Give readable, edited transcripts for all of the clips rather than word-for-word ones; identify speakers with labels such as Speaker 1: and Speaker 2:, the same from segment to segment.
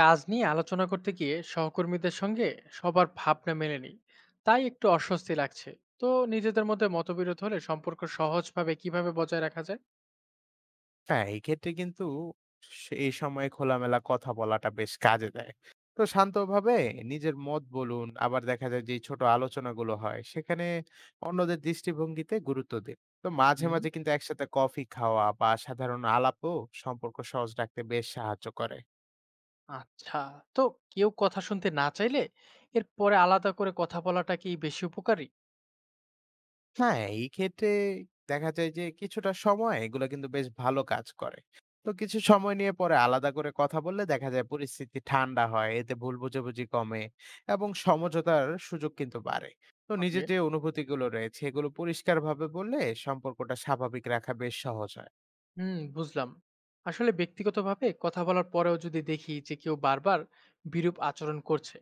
Speaker 1: কাজ নিয়ে আলোচনা করতে গিয়ে সহকর্মীদের সঙ্গে সবার ভাবনা মেলেনি, তাই একটু অস্বস্তি লাগছে। তো নিজেদের মধ্যে মতবিরোধ হলে সম্পর্ক সহজভাবে কিভাবে বজায় রাখা যায়?
Speaker 2: হ্যাঁ, এই ক্ষেত্রে কিন্তু সে এই সময়ে খোলামেলা কথা বলাটা বেশ কাজে দেয়। তো শান্তভাবে নিজের মত বলুন, আবার দেখা যায় যে এই ছোট আলোচনাগুলো হয়, সেখানে অন্যদের দৃষ্টিভঙ্গিতে গুরুত্ব দিন। তো মাঝে,
Speaker 1: হুম।
Speaker 2: মাঝে কিন্তু একসাথে কফি খাওয়া বা সাধারণ আলাপও সম্পর্ক সহজ রাখতে বেশ সাহায্য করে।
Speaker 1: আচ্ছা। তো কেউ কথা শুনতে না চাইলে এরপরে আলাদা করে কথা বলাটা কি বেশি উপকারী?
Speaker 2: হ্যাঁ, এই ক্ষেত্রে দেখা যায় যে কিছুটা সময় এগুলা কিন্তু বেশ ভালো কাজ করে। তো কিছু সময় নিয়ে পরে আলাদা করে কথা বললে দেখা যায় পরিস্থিতি ঠান্ডা হয়। এতে ভুল বোঝাবুঝি কমে এবং সমঝোতার সুযোগ কিন্তু বাড়ে। তো
Speaker 1: ওকে।
Speaker 2: নিজের যে অনুভূতিগুলো রয়েছে এগুলো পরিষ্কারভাবে বললে সম্পর্কটা স্বাভাবিক রাখা বেশ সহজ হয়।
Speaker 1: হুম, বুঝলাম। আসলে ব্যক্তিগতভাবে কথা বলার পরেও যদি দেখি যে কেউ বারবার বিরূপ আচরণ করছে,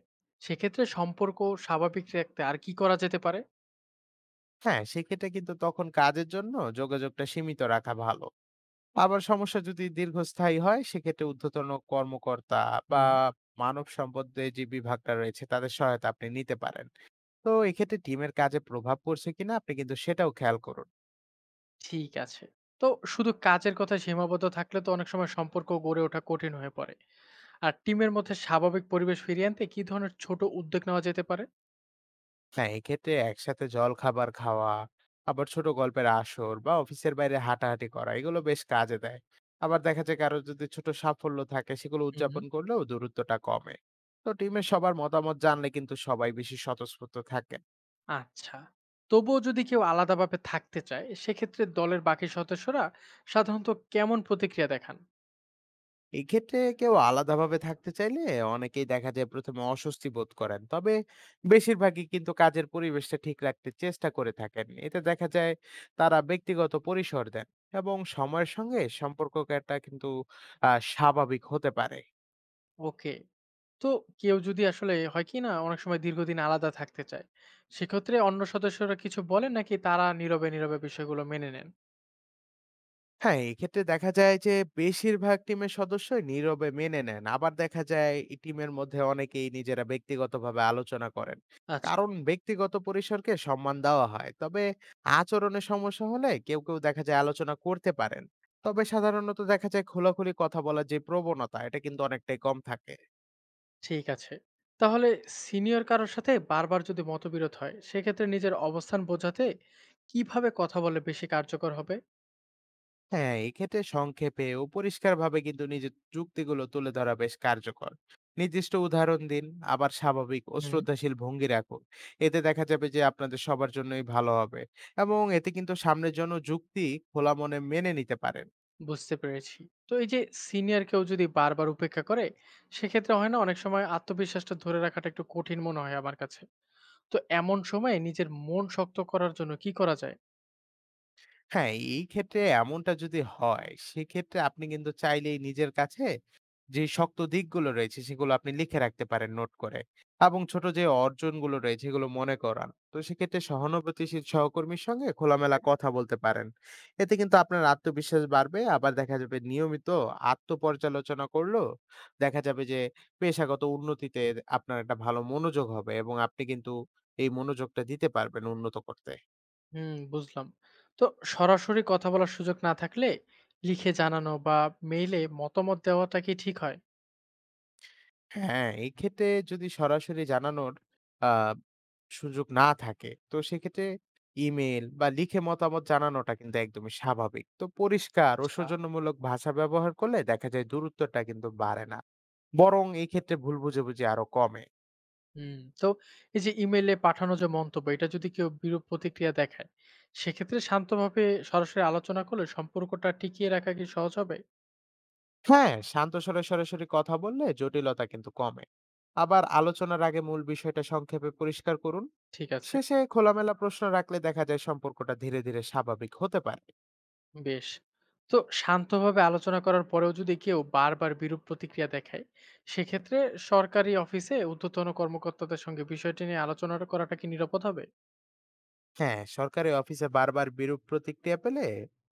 Speaker 1: সেক্ষেত্রে সম্পর্ক স্বাভাবিক রাখতে আর কি করা যেতে পারে?
Speaker 2: হ্যাঁ, সেক্ষেত্রে কিন্তু তখন কাজের জন্য যোগাযোগটা সীমিত রাখা ভালো। আবার সমস্যা যদি দীর্ঘস্থায়ী হয় সেক্ষেত্রে ঊর্ধ্বতন কর্মকর্তা বা মানব সম্পদের যে বিভাগটা রয়েছে তাদের সহায়তা আপনি নিতে পারেন। তো এক্ষেত্রে টিমের কাজে প্রভাব পড়ছে কিনা আপনি কিন্তু সেটাও খেয়াল করুন।
Speaker 1: ঠিক আছে। তো শুধু কাজের কথা সীমাবদ্ধ থাকলে তো অনেক সময় সম্পর্ক গড়ে ওঠা কঠিন হয়ে পড়ে। আর টিমের মধ্যে স্বাভাবিক পরিবেশ ফিরিয়ে আনতে কি ধরনের ছোট উদ্যোগ নেওয়া যেতে পারে?
Speaker 2: হ্যাঁ, এক্ষেত্রে একসাথে জল খাবার খাওয়া, আবার ছোট গল্পের আসর বা অফিসের বাইরে হাঁটাহাঁটি করা এগুলো বেশ কাজে দেয়। আবার দেখা যায় কারো যদি ছোট সাফল্য থাকে সেগুলো
Speaker 1: হুম।
Speaker 2: উদযাপন করলেও দূরত্বটা কমে। তো টিমের সবার মতামত জানলে কিন্তু সবাই বেশি স্বতঃস্ফূর্ত থাকে।
Speaker 1: আচ্ছা। তবুও যদি কেউ আলাদাভাবে থাকতে চায়, সেক্ষেত্রে দলের বাকি সদস্যরা সাধারণত কেমন প্রতিক্রিয়া দেখান?
Speaker 2: এক্ষেত্রে কেউ আলাদাভাবে থাকতে চাইলে অনেকেই দেখা যায় প্রথমে অস্বস্তি বোধ করেন, তবে বেশিরভাগই কিন্তু কাজের পরিবেশটা ঠিক রাখতে চেষ্টা করে থাকেন। এতে দেখা যায় তারা ব্যক্তিগত পরিসর দেন এবং সময়ের সঙ্গে সম্পর্কটা কিন্তু স্বাভাবিক হতে পারে।
Speaker 1: ওকে। তো কেউ যদি আসলে হয় কি না অনেক সময় দীর্ঘদিন আলাদা থাকতে চায়, সেক্ষেত্রে অন্য সদস্যরা কিছু বলেন নাকি তারা নীরবে, নীরবে বিষয়গুলো মেনে নেন?
Speaker 2: হ্যাঁ, এক্ষেত্রে দেখা যায় যে বেশিরভাগ টিমের সদস্যই নীরবে মেনে নেন। আবার দেখা যায় এই টিমের মধ্যে অনেকেই নিজেরা ব্যক্তিগতভাবে আলোচনা করেন।
Speaker 1: আচ্ছা।
Speaker 2: কারণ ব্যক্তিগত পরিসরকে সম্মান দেওয়া হয়। তবে আচরণে সমস্যা হলে কেউ, কেউ দেখা যায় আলোচনা করতে পারেন। তবে সাধারণত দেখা যায় খোলাখুলি কথা বলার যে প্রবণতা এটা কিন্তু অনেকটাই কম থাকে।
Speaker 1: ঠিক আছে। তাহলে সিনিয়র কারোর সাথে বারবার যদি মতবিরোধ হয় সেক্ষেত্রে নিজের অবস্থান বোঝাতে কিভাবে কথা বলে বেশি কার্যকর হবে?
Speaker 2: হ্যাঁ, এক্ষেত্রে সংক্ষেপে ও পরিষ্কারভাবে কিন্তু নিজের যুক্তিগুলো তুলে ধরা বেশ কার্যকর। নির্দিষ্ট উদাহরণ দিন, আবার স্বাভাবিক ও
Speaker 1: হুম।
Speaker 2: শ্রদ্ধাশীল ভঙ্গি রাখুন। এতে দেখা যাবে যে আপনাদের সবার জন্যই ভালো হবে, এবং এতে কিন্তু সামনের জন্য যুক্তি খোলা মনে মেনে নিতে পারেন।
Speaker 1: বুঝতে পেরেছি। তো এই যে সিনিয়র কেউ যদি বারবার উপেক্ষা করে, সেক্ষেত্রে হয় না অনেক সময় আত্মবিশ্বাসটা ধরে রাখাটা একটু কঠিন মনে হয় আমার কাছে। তো এমন সময় নিজের মন শক্ত করার জন্য কি করা যায়?
Speaker 2: হ্যাঁ, এই ক্ষেত্রে এমনটা যদি হয়, সেক্ষেত্রে আপনি কিন্তু চাইলেই নিজের কাছে যে শক্ত দিকগুলো রয়েছে, সেগুলো আপনি লিখে রাখতে পারেন নোট করে। এবং ছোট যে অর্জনগুলো রয়েছে, এগুলো মনে করান। তো সেক্ষেত্রে সহানুভূতিশীল সহকর্মীর সঙ্গে খোলামেলা
Speaker 1: ওকে।
Speaker 2: কথা বলতে পারেন। এতে কিন্তু আপনার আত্মবিশ্বাস বাড়বে। আবার দেখা যাবে নিয়মিত আত্মপর্যালোচনা করলেও দেখা যাবে যে পেশাগত উন্নতিতে আপনার একটা ভালো মনোযোগ হবে, এবং আপনি কিন্তু এই মনোযোগটা দিতে পারবেন উন্নত করতে।
Speaker 1: হুম, বুঝলাম। তো সরাসরি কথা বলার সুযোগ না থাকলে লিখে জানানো বা মেইলে মতামত দেওয়াটা কি ঠিক
Speaker 2: হ্যাঁ, এক্ষেত্রে যদি সরাসরি জানানোর আ সুযোগ না থাকে, তো সেক্ষেত্রে ইমেইল বা লিখে মতামত জানানোটা কিন্তু একদমই স্বাভাবিক। তো পরিষ্কার ও
Speaker 1: হয়?
Speaker 2: সৌজন্যমূলক ভাষা ব্যবহার করলে দেখা যায় দূরত্বটা কিন্তু বাড়ে না। বরং এই ক্ষেত্রে ভুল বুঝাবুঝি আরো কমে।
Speaker 1: হুম, তো এই যে ইমেইলে পাঠানো যে মন্তব্য, এটা যদি কেউ বিরূপ প্রতিক্রিয়া দেখায়, সেক্ষেত্রে শান্তভাবে সরাসরি আলোচনা করলে সম্পর্কটা টিকিয়ে রাখা কি সহজ হবে?
Speaker 2: হ্যাঁ, শান্ত স্বরে সরাসরি কথা বললে জটিলতা কিন্তু কমে। আবার আলোচনার আগে মূল বিষয়টা সংক্ষেপে পরিষ্কার করুন।
Speaker 1: ঠিক আছে,
Speaker 2: শেষে খোলামেলা প্রশ্ন রাখলে দেখা যায় সম্পর্কটা ধীরে, ধীরে স্বাভাবিক হতে পারে।
Speaker 1: বেশ। তো শান্তভাবে আলোচনা করার পরেও যদি কেউ বারবার বিরূপ প্রতিক্রিয়া দেখায়, সেক্ষেত্রে সরকারি অফিসে ঊর্ধ্বতন কর্মকর্তাদের সঙ্গে বিষয়টি নিয়ে আলোচনা করাটা কি নিরাপদ হবে?
Speaker 2: হ্যাঁ, সরকারি অফিসে বারবার বিরূপ প্রতিক্রিয়া পেলে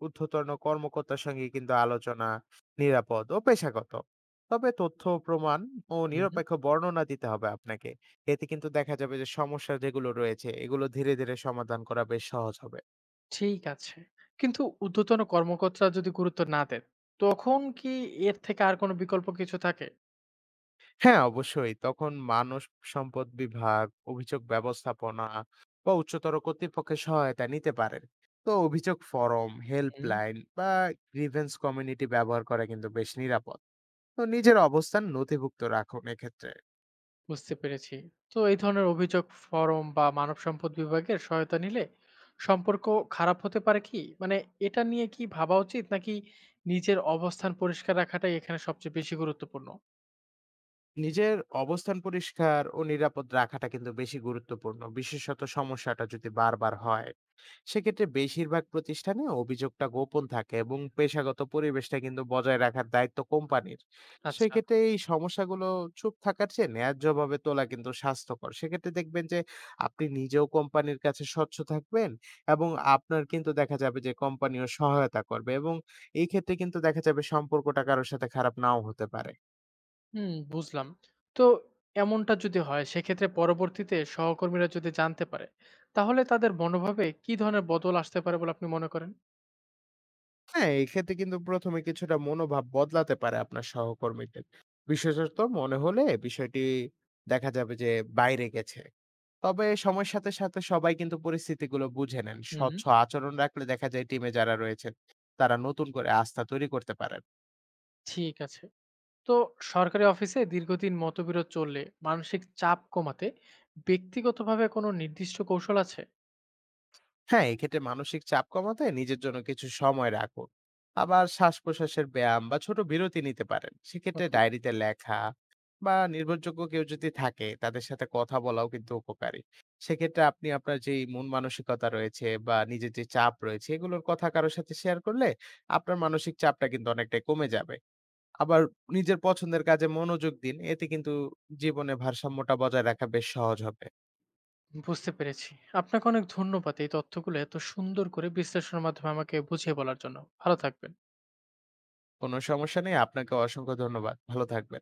Speaker 2: ঊর্ধ্বতন কর্মকর্তার সঙ্গে কিন্তু আলোচনা নিরাপদ ও পেশাগত। তবে তথ্য, প্রমাণ ও
Speaker 1: হুম,
Speaker 2: নিরপেক্ষ বর্ণনা দিতে হবে আপনাকে। এতে কিন্তু দেখা যাবে যে সমস্যা যেগুলো রয়েছে এগুলো ধীরে ধীরে সমাধান করা বেশ সহজ হবে।
Speaker 1: ঠিক আছে। কিন্তু ঊর্ধ্বতন কর্মকর্তা যদি গুরুত্ব না দেন, তখন কি এর থেকে আর কোনো বিকল্প কিছু থাকে?
Speaker 2: হ্যাঁ, অবশ্যই তখন মানব সম্পদ বিভাগ, অভিযোগ ব্যবস্থাপনা বা উচ্চতর কর্তৃপক্ষের সহায়তা নিতে পারেন। তো অভিযোগ ফরম,
Speaker 1: হুম।
Speaker 2: হেল্পলাইন বা গ্রিভেন্স কমিউনিটি ব্যবহার করা কিন্তু বেশ নিরাপদ। তো নিজের অবস্থান নথিভুক্ত রাখুন এক্ষেত্রে।
Speaker 1: বুঝতে পেরেছি। তো এই ধরনের অভিযোগ ফরম বা মানব সম্পদ বিভাগের সহায়তা নিলে সম্পর্ক খারাপ হতে পারে কি? মানে এটা নিয়ে কি ভাবা উচিত, নাকি নিজের অবস্থান পরিষ্কার রাখাটাই এখানে সবচেয়ে বেশি গুরুত্বপূর্ণ?
Speaker 2: নিজের অবস্থান পরিষ্কার ও নিরাপদ রাখাটা কিন্তু বেশি গুরুত্বপূর্ণ, বিশেষত সমস্যাটা যদি বারবার হয়। সেক্ষেত্রে বেশিরভাগ প্রতিষ্ঠানে অভিযোগটা গোপন থাকে এবং পেশাগত পরিবেশটা কিন্তু বজায় রাখার দায়িত্ব কোম্পানির।
Speaker 1: আচ্ছা।
Speaker 2: সেক্ষেত্রে এই সমস্যাগুলো চুপ থাকার চেয়ে ন্যায্যভাবে তোলা কিন্তু স্বাস্থ্যকর। সেক্ষেত্রে দেখবেন যে আপনি নিজেও কোম্পানির কাছে স্বচ্ছ থাকবেন, এবং আপনার কিন্তু দেখা যাবে যে কোম্পানিও সহায়তা করবে, এবং এই ক্ষেত্রে কিন্তু দেখা যাবে সম্পর্কটা কারোর সাথে খারাপ নাও হতে পারে।
Speaker 1: হুম, বুঝলাম। তো এমনটা যদি হয় সেক্ষেত্রে পরবর্তীতে সহকর্মীরা যদি জানতে পারে তাহলে তাদের মনোভাবে কি ধরনের বদল আসতে পারে বলে আপনি মনে করেন?
Speaker 2: হ্যাঁ, এক্ষেত্রে কিন্তু ১ম এ কিছুটা মনোভাব বদলাতে পারে আপনার সহকর্মীদের। বিশেষত মনে হলে বিষয়টি দেখা যাবে যে বাইরে গেছে। তবে সময়ের সাথে, সাথে সবাই কিন্তু পরিস্থিতিগুলো বুঝে নেন।
Speaker 1: হুম,
Speaker 2: স্বচ্ছ আচরণ রাখলে দেখা যায় টিমে যারা রয়েছেন, তারা নতুন করে আস্থা তৈরি করতে পারেন।
Speaker 1: ঠিক আছে। তো সরকারি অফিসে দীর্ঘদিন মতবিরোধ চললে মানসিক চাপ কমাতে ব্যক্তিগতভাবে কোনো নির্দিষ্ট কৌশল আছে?
Speaker 2: হ্যাঁ, এক্ষেত্রে মানসিক চাপ কমাতে নিজের জন্য কিছু সময় রাখুন। আবার শ্বাস প্রশ্বাসের ব্যায়াম বা ছোট বিরতি নিতে পারেন। সেক্ষেত্রে
Speaker 1: ওকে।
Speaker 2: ডায়েরিতে লেখা বা নির্ভরযোগ্য কেউ যদি থাকে তাদের সাথে কথা বলাও কিন্তু উপকারী। সেক্ষেত্রে আপনি আপনার যে মন মানসিকতা রয়েছে বা নিজের যে চাপ রয়েছে এগুলোর কথা কারোর সাথে শেয়ার করলে আপনার মানসিক চাপটা কিন্তু অনেকটাই কমে যাবে। আবার নিজের পছন্দের কাজে মনোযোগ দিন, এতে কিন্তু জীবনে ভারসাম্যটা বজায় রাখা বেশ সহজ হবে।
Speaker 1: বুঝতে পেরেছি। আপনাকে অনেক ধন্যবাদ এই তথ্যগুলো এত সুন্দর করে বিশ্লেষণের মাধ্যমে আমাকে বুঝিয়ে বলার জন্য। ভালো থাকবেন।
Speaker 2: কোনো সমস্যা নেই, আপনাকে অসংখ্য ধন্যবাদ, ভালো থাকবেন।